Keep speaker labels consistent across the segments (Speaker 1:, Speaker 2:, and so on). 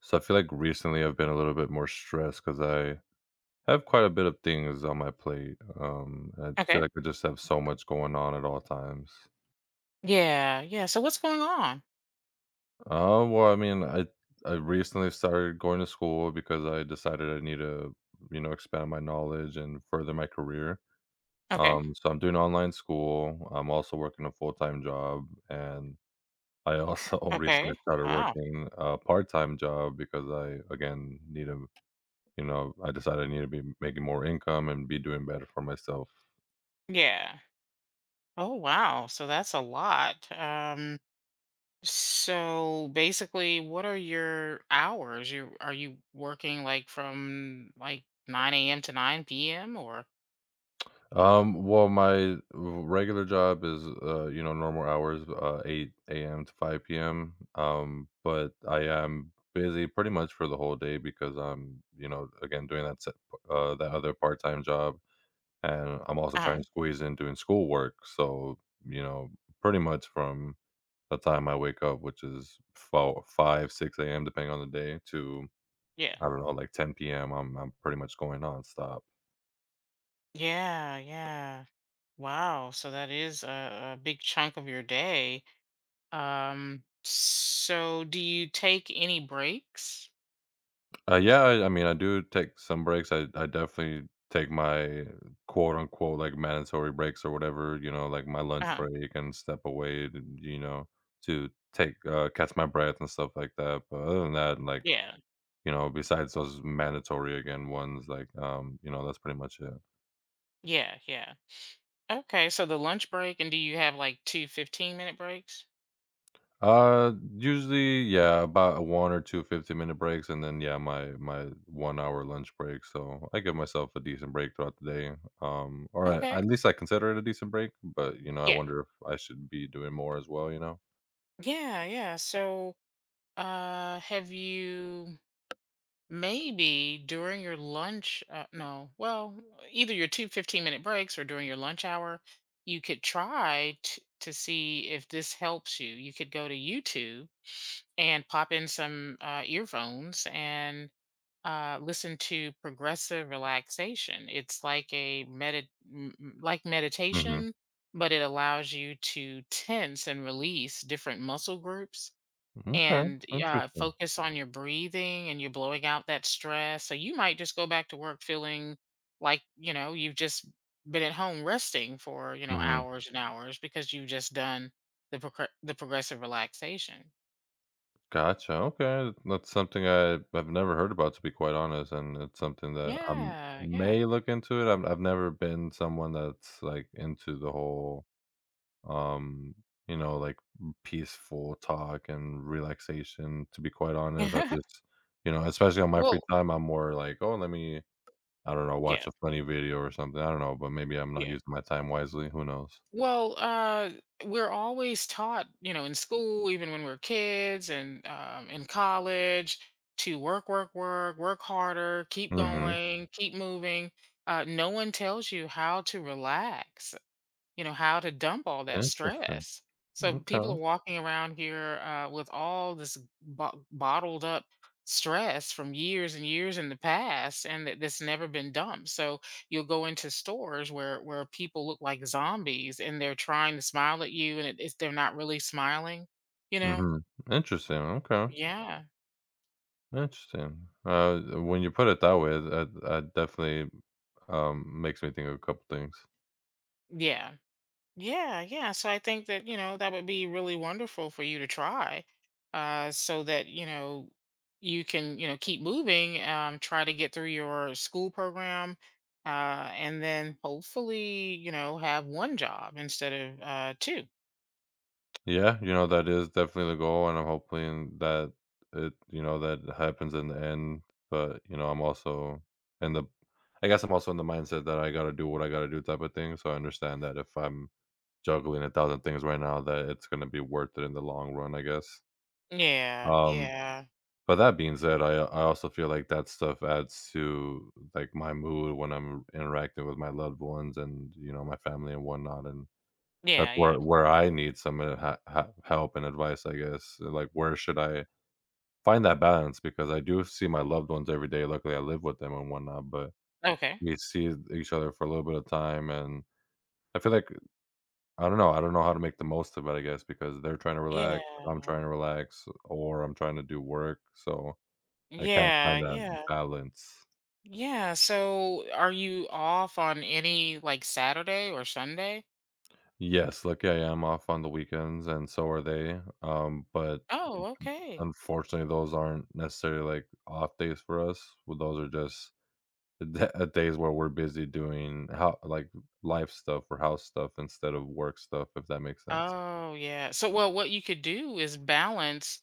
Speaker 1: So I feel like recently I've been a little bit more stressed because I have quite a bit of things on my plate. I feel
Speaker 2: Okay.
Speaker 1: like I just have so much going on at all times.
Speaker 2: Yeah, yeah. So what's going on?
Speaker 1: Uh, well, I mean, I I recently started going to school because I decided I need to, you know, expand my knowledge and further my career.
Speaker 2: Okay.
Speaker 1: So I'm doing online school. I'm also working a full time job, and I also recently
Speaker 2: Okay.
Speaker 1: started
Speaker 2: Wow.
Speaker 1: working a part time job because I again need to you know, I decided I need to be making more income and be doing better for myself.
Speaker 2: Yeah. Oh, wow. So that's a lot. So basically, what are your hours? You are you working like from like 9 a.m. to 9 p.m. or?
Speaker 1: My regular job is, you know, normal hours, 8 a.m. to 5 p.m. But I am busy pretty much for the whole day because I'm, you know, again, doing that, that other part-time job. And I'm also trying
Speaker 2: Uh-huh.
Speaker 1: to squeeze in doing schoolwork. So, you know, pretty much from the time I wake up, which is 5, 6 a.m., depending on the day, to
Speaker 2: Yeah.
Speaker 1: I don't know, like 10 p.m., I'm pretty much going nonstop.
Speaker 2: Yeah, yeah. Wow. So that is a big chunk of your day. So do you take any breaks?
Speaker 1: Yeah, I mean, I do take some breaks. I definitely take my quote unquote like mandatory breaks or whatever, you know, like my lunch
Speaker 2: Uh-huh.
Speaker 1: break and step away, to, you know, to take catch my breath and stuff like that. But other than that, like
Speaker 2: Yeah.
Speaker 1: you know, besides those mandatory again ones, like you know, that's pretty much it.
Speaker 2: Yeah, yeah. Okay, so the lunch break, and do you have like two 15-minute breaks?
Speaker 1: Usually, yeah, about one or two 15-minute breaks, and then, yeah, my one-hour lunch break, so I give myself a decent break throughout the day, or
Speaker 2: Okay.
Speaker 1: at least I consider it a decent break, but, you know, I
Speaker 2: Yeah.
Speaker 1: wonder if I should be doing more as well, you know?
Speaker 2: Yeah, yeah. So, have you maybe during your lunch, no, well, either your two 15-minute breaks or during your lunch hour, you could try t to see if this helps you. You could go to YouTube and pop in some earphones and listen to progressive relaxation. It's like a like
Speaker 1: Mhm.
Speaker 2: meditation, but it allows you to tense and release different muscle groups
Speaker 1: Okay,
Speaker 2: and
Speaker 1: interesting.
Speaker 2: focus on your breathing and you're blowing out that stress. So you might just go back to work feeling like, you know, you've just been at home resting for, you know,
Speaker 1: Mhm.
Speaker 2: hours and hours because you've just done the the progressive relaxation.
Speaker 1: Gotcha, okay. That's something I've never heard about, to be quite honest, and it's something that I
Speaker 2: Yeah, yeah.
Speaker 1: may look into it. I've never been someone that's, like, into the whole um, you know, like peaceful talk and relaxation. To be quite honest, I just, you know, especially on my free
Speaker 2: Well,
Speaker 1: time, I'm more like, oh, let me, I don't know,
Speaker 2: yeah,
Speaker 1: watch a funny video or something. I don't know, but maybe I'm not
Speaker 2: yeah.
Speaker 1: using my time wisely. Who knows?
Speaker 2: Well, we're always taught, you know, in school, even when we're kids and in college, to work, work, work, work harder, keep
Speaker 1: hmm
Speaker 2: going, keep moving. No one tells you how to relax, you know, how to dump all that
Speaker 1: Interesting.
Speaker 2: stress. So people are
Speaker 1: Okay.
Speaker 2: walking around here with all this bottled up stress from years and years in the past, and that's never been dumped. So you'll go into stores where people look like zombies, and they're trying to smile at you, and they're not really smiling. You know?
Speaker 1: hmm Interesting. Okay.
Speaker 2: Yeah,
Speaker 1: Interesting. When you put it that way, that, that definitely makes me think of a couple things.
Speaker 2: yeah. Yeah, yeah. So I think that, you know, that would be really wonderful for you to try, so that, you know, you can, you know, keep moving, try to get through your school program, uh, and then hopefully, you know, have one job instead of two.
Speaker 1: Yeah, you know, that is definitely the goal, and I'm hoping that it, you know, that happens in the end. But, you know, I'm also in the I guess I'm also in the mindset that I gotta do what I gotta do type of thing. So I understand that if I'm juggling a thousand things right now, that it's gonna be worth it in the long run, I guess.
Speaker 2: Yeah,
Speaker 1: Um,
Speaker 2: yeah.
Speaker 1: but that being said, I also feel like that stuff adds to like my mood when I'm interacting with my loved ones and, you know, my family and whatnot. And that's
Speaker 2: Yeah, yeah.
Speaker 1: where I need some, ha ha help and advice, I guess, like, where should I find that balance? Because I do see my loved ones every day, luckily, I live with them and whatnot, but
Speaker 2: Okay.
Speaker 1: we see each other for a little bit of time, and I feel like I don't know how to make the most of it, I guess, because they're trying to relax, I'm
Speaker 2: Yeah.
Speaker 1: trying to relax, or I'm trying to do work, so I can't
Speaker 2: Yeah,
Speaker 1: find that
Speaker 2: yeah.
Speaker 1: balance.
Speaker 2: Yeah. So are you off on any like Saturday or Sunday?
Speaker 1: Yes, lucky I am off on the weekends, and so are they, but
Speaker 2: Oh, okay.
Speaker 1: unfortunately, those aren't necessarily, like, off days for us. Well, those are just d days where we're busy doing how like, life stuff or house stuff instead of work stuff, if that makes sense.
Speaker 2: Oh, yeah. So, well, what you could do is balance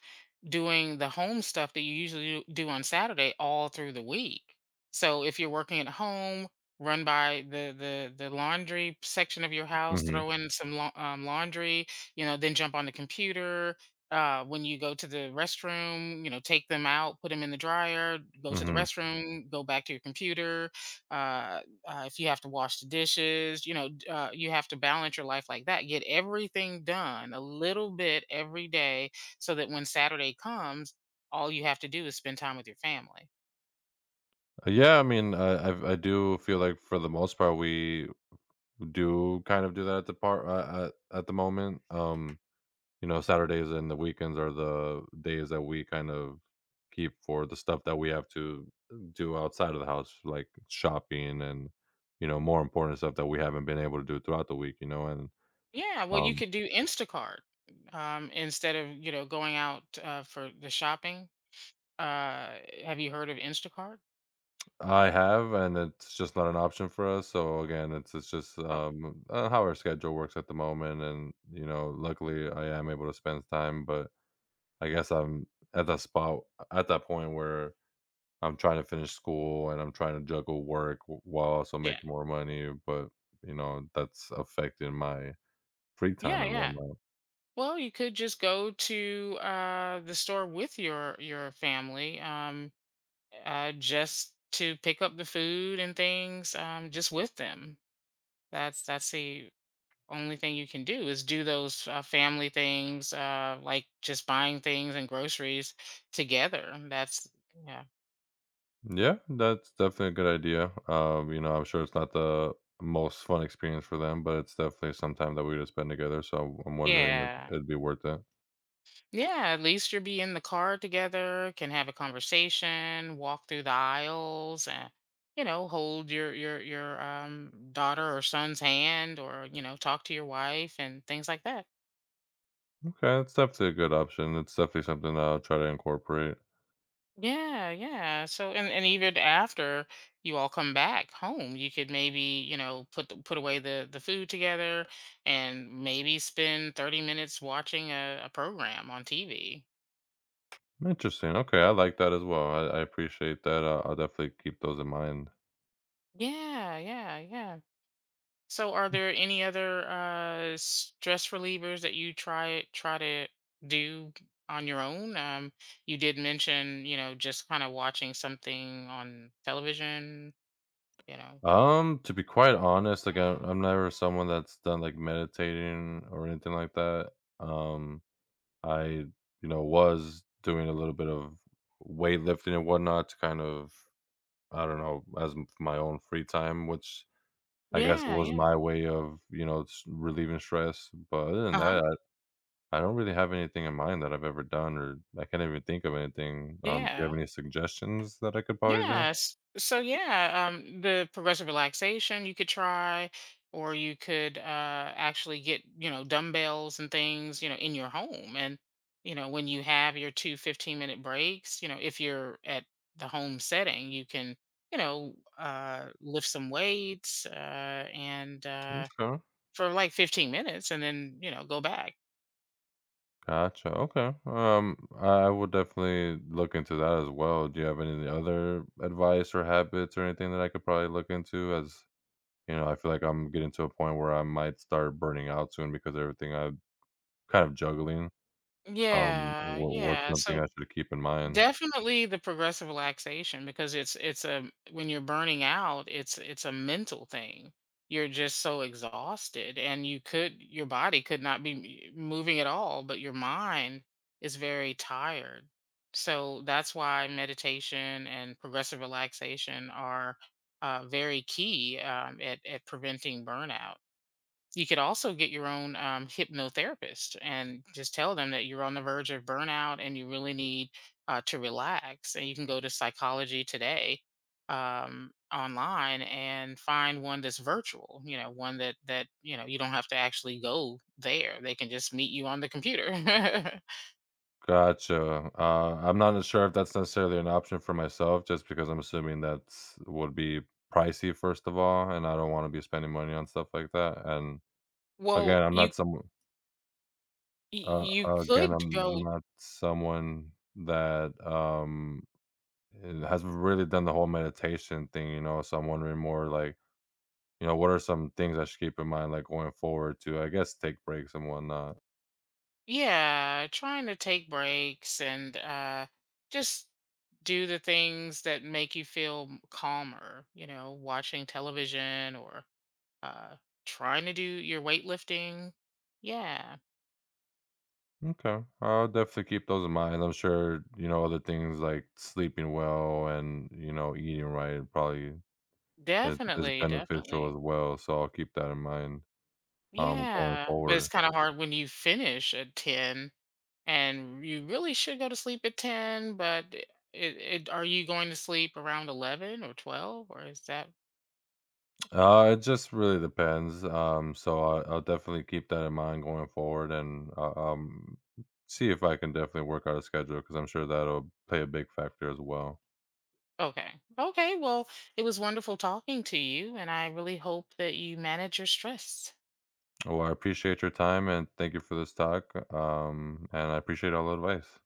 Speaker 2: doing the home stuff that you usually do do on Saturday all through the week. So, if you're working at home, run by the laundry section of your house,
Speaker 1: Mhm,
Speaker 2: throw in some laundry, you know, then jump on the computer. When you go to the restroom, you know, take them out, put them in the dryer, go to the
Speaker 1: mhm.
Speaker 2: restroom, go back to your computer. Uh, if you have to wash the dishes, you know, you have to balance your life like that. Get everything done a little bit every day so that when Saturday comes, all you have to do is spend time with your family.
Speaker 1: Yeah, I mean, I I do feel like for the most part, we do kind of do that at the part at the moment, you know, Saturdays and the weekends are the days that we kind of keep for the stuff that we have to do outside of the house, like shopping and, you know, more important stuff that we haven't been able to do throughout the week, you know, and,
Speaker 2: Yeah, well,
Speaker 1: um,
Speaker 2: you could do Instacart instead of, you know, going out for the shopping. Uh, have you heard of Instacart?
Speaker 1: I have, and it's just not an option for us. So again, it's just
Speaker 2: Oh,
Speaker 1: how our schedule works at the moment, and you know, luckily I am able to spend time. But I guess I'm at that spot at that point where I'm trying to finish school and I'm trying to juggle work while also
Speaker 2: yeah.
Speaker 1: making more money, but you know, that's affecting my free time
Speaker 2: Yeah,
Speaker 1: and
Speaker 2: yeah.
Speaker 1: whatnot.
Speaker 2: Well, you could just go to the store with your family. Just to pick up the food and things, just with them. That's the only thing you can do is do those family things, like just buying things and groceries together. That's, yeah,
Speaker 1: Yeah, that's definitely a good idea. You know, I'm sure it's not the most fun experience for them, but it's definitely some time that we just spend together. So I'm wondering
Speaker 2: yeah,
Speaker 1: if it'd be worth it.
Speaker 2: yeah. At least you'll be in the car together, can have a conversation, walk through the aisles, and, you know, hold your daughter or son's hand, or, you know, talk to your wife and things like that.
Speaker 1: Okay, it's definitely a good option. It's definitely something that I'll try to incorporate.
Speaker 2: Yeah, yeah. So and even after you all come back home, you could maybe, you know, put away the food together and maybe spend 30 minutes watching a program on TV.
Speaker 1: Interesting. Okay, I like that as well. I appreciate that. I'll definitely keep those in mind.
Speaker 2: Yeah, yeah, yeah. So are there any other stress relievers that you try to do on your own? Um, you did mention, you know, just kind of watching something on television, you know.
Speaker 1: To be quite honest, like I'm never someone that's done like meditating or anything like that. Um, I was doing a little bit of weightlifting and whatnot to kind of I don't know as my own free time, which I guess
Speaker 2: Yeah,
Speaker 1: was
Speaker 2: yeah.
Speaker 1: my way of you know relieving stress. But other than
Speaker 2: Uh-huh.
Speaker 1: that, I don't really have anything in mind that I've ever done, or I can't even think of anything. Do you
Speaker 2: Yeah.
Speaker 1: have any suggestions that I could probably do?
Speaker 2: Yes. So yeah, the progressive relaxation you could try, or you could, actually get, you know, dumbbells and things, you know, in your home, and, you know, when you have your two fifteen minute breaks, you know, if you're at the home setting, you can, you know, lift some weights, and
Speaker 1: Okay.
Speaker 2: for like 15 minutes, and then, you know, go back.
Speaker 1: Gotcha. Okay. I will definitely look into that as well. Do you have any other advice or habits or anything that I could probably look into? As you know, I feel like I'm getting to a point where I might start burning out soon because of everything I'm kind of juggling.
Speaker 2: Yeah,
Speaker 1: What's
Speaker 2: yeah.
Speaker 1: something I
Speaker 2: So
Speaker 1: should keep in mind?
Speaker 2: definitely the progressive relaxation because it's a when you're burning out, it's a mental thing. You're just so exhausted and you could your body could not be moving at all, but your mind is very tired. So that's why meditation and progressive relaxation are, very key, at preventing burnout. You could also get your own, hypnotherapist and just tell them that you're on the verge of burnout and you really need, to relax. And you can go to Psychology Today, online and find one that's virtual. You know, one that you know you don't have to actually go there. They can just meet you on the computer.
Speaker 1: Gotcha. I'm not as sure if that's necessarily an option for myself, just because I'm assuming that's would be pricey first of all, and I don't want to be spending money on stuff like that. And
Speaker 2: Well,
Speaker 1: again, I'm
Speaker 2: you
Speaker 1: not some
Speaker 2: you
Speaker 1: again,
Speaker 2: could
Speaker 1: I'm
Speaker 2: go
Speaker 1: not someone that, has really done the whole meditation thing, you know, so I'm wondering more like, you know, what are some things I should keep in mind, like, going forward to, I guess, take breaks and whatnot?
Speaker 2: Yeah, trying to take breaks and, just do the things that make you feel calmer, you know, watching television or, uh, trying to do your weightlifting. Yeah,
Speaker 1: Okay. I'll definitely keep those in mind. I'm sure, you know, other things like sleeping well and, you know, eating right probably is
Speaker 2: definitely,
Speaker 1: beneficial
Speaker 2: definitely.
Speaker 1: as well, so I'll keep that in mind, going
Speaker 2: Yeah, but it's
Speaker 1: forward.
Speaker 2: kind of hard when you finish at 10 and you really should go to sleep at 10, but it, are you going to sleep around 11 or 12 or is that?
Speaker 1: It just really depends. I'll definitely keep that in mind going forward, and see if I can definitely work out a schedule because I'm sure that'll play a big factor as well.
Speaker 2: Okay. Okay. Well, it was wonderful talking to you, and I really hope that you manage your stress.
Speaker 1: Well, I appreciate your time and thank you for this talk. And I appreciate all the advice.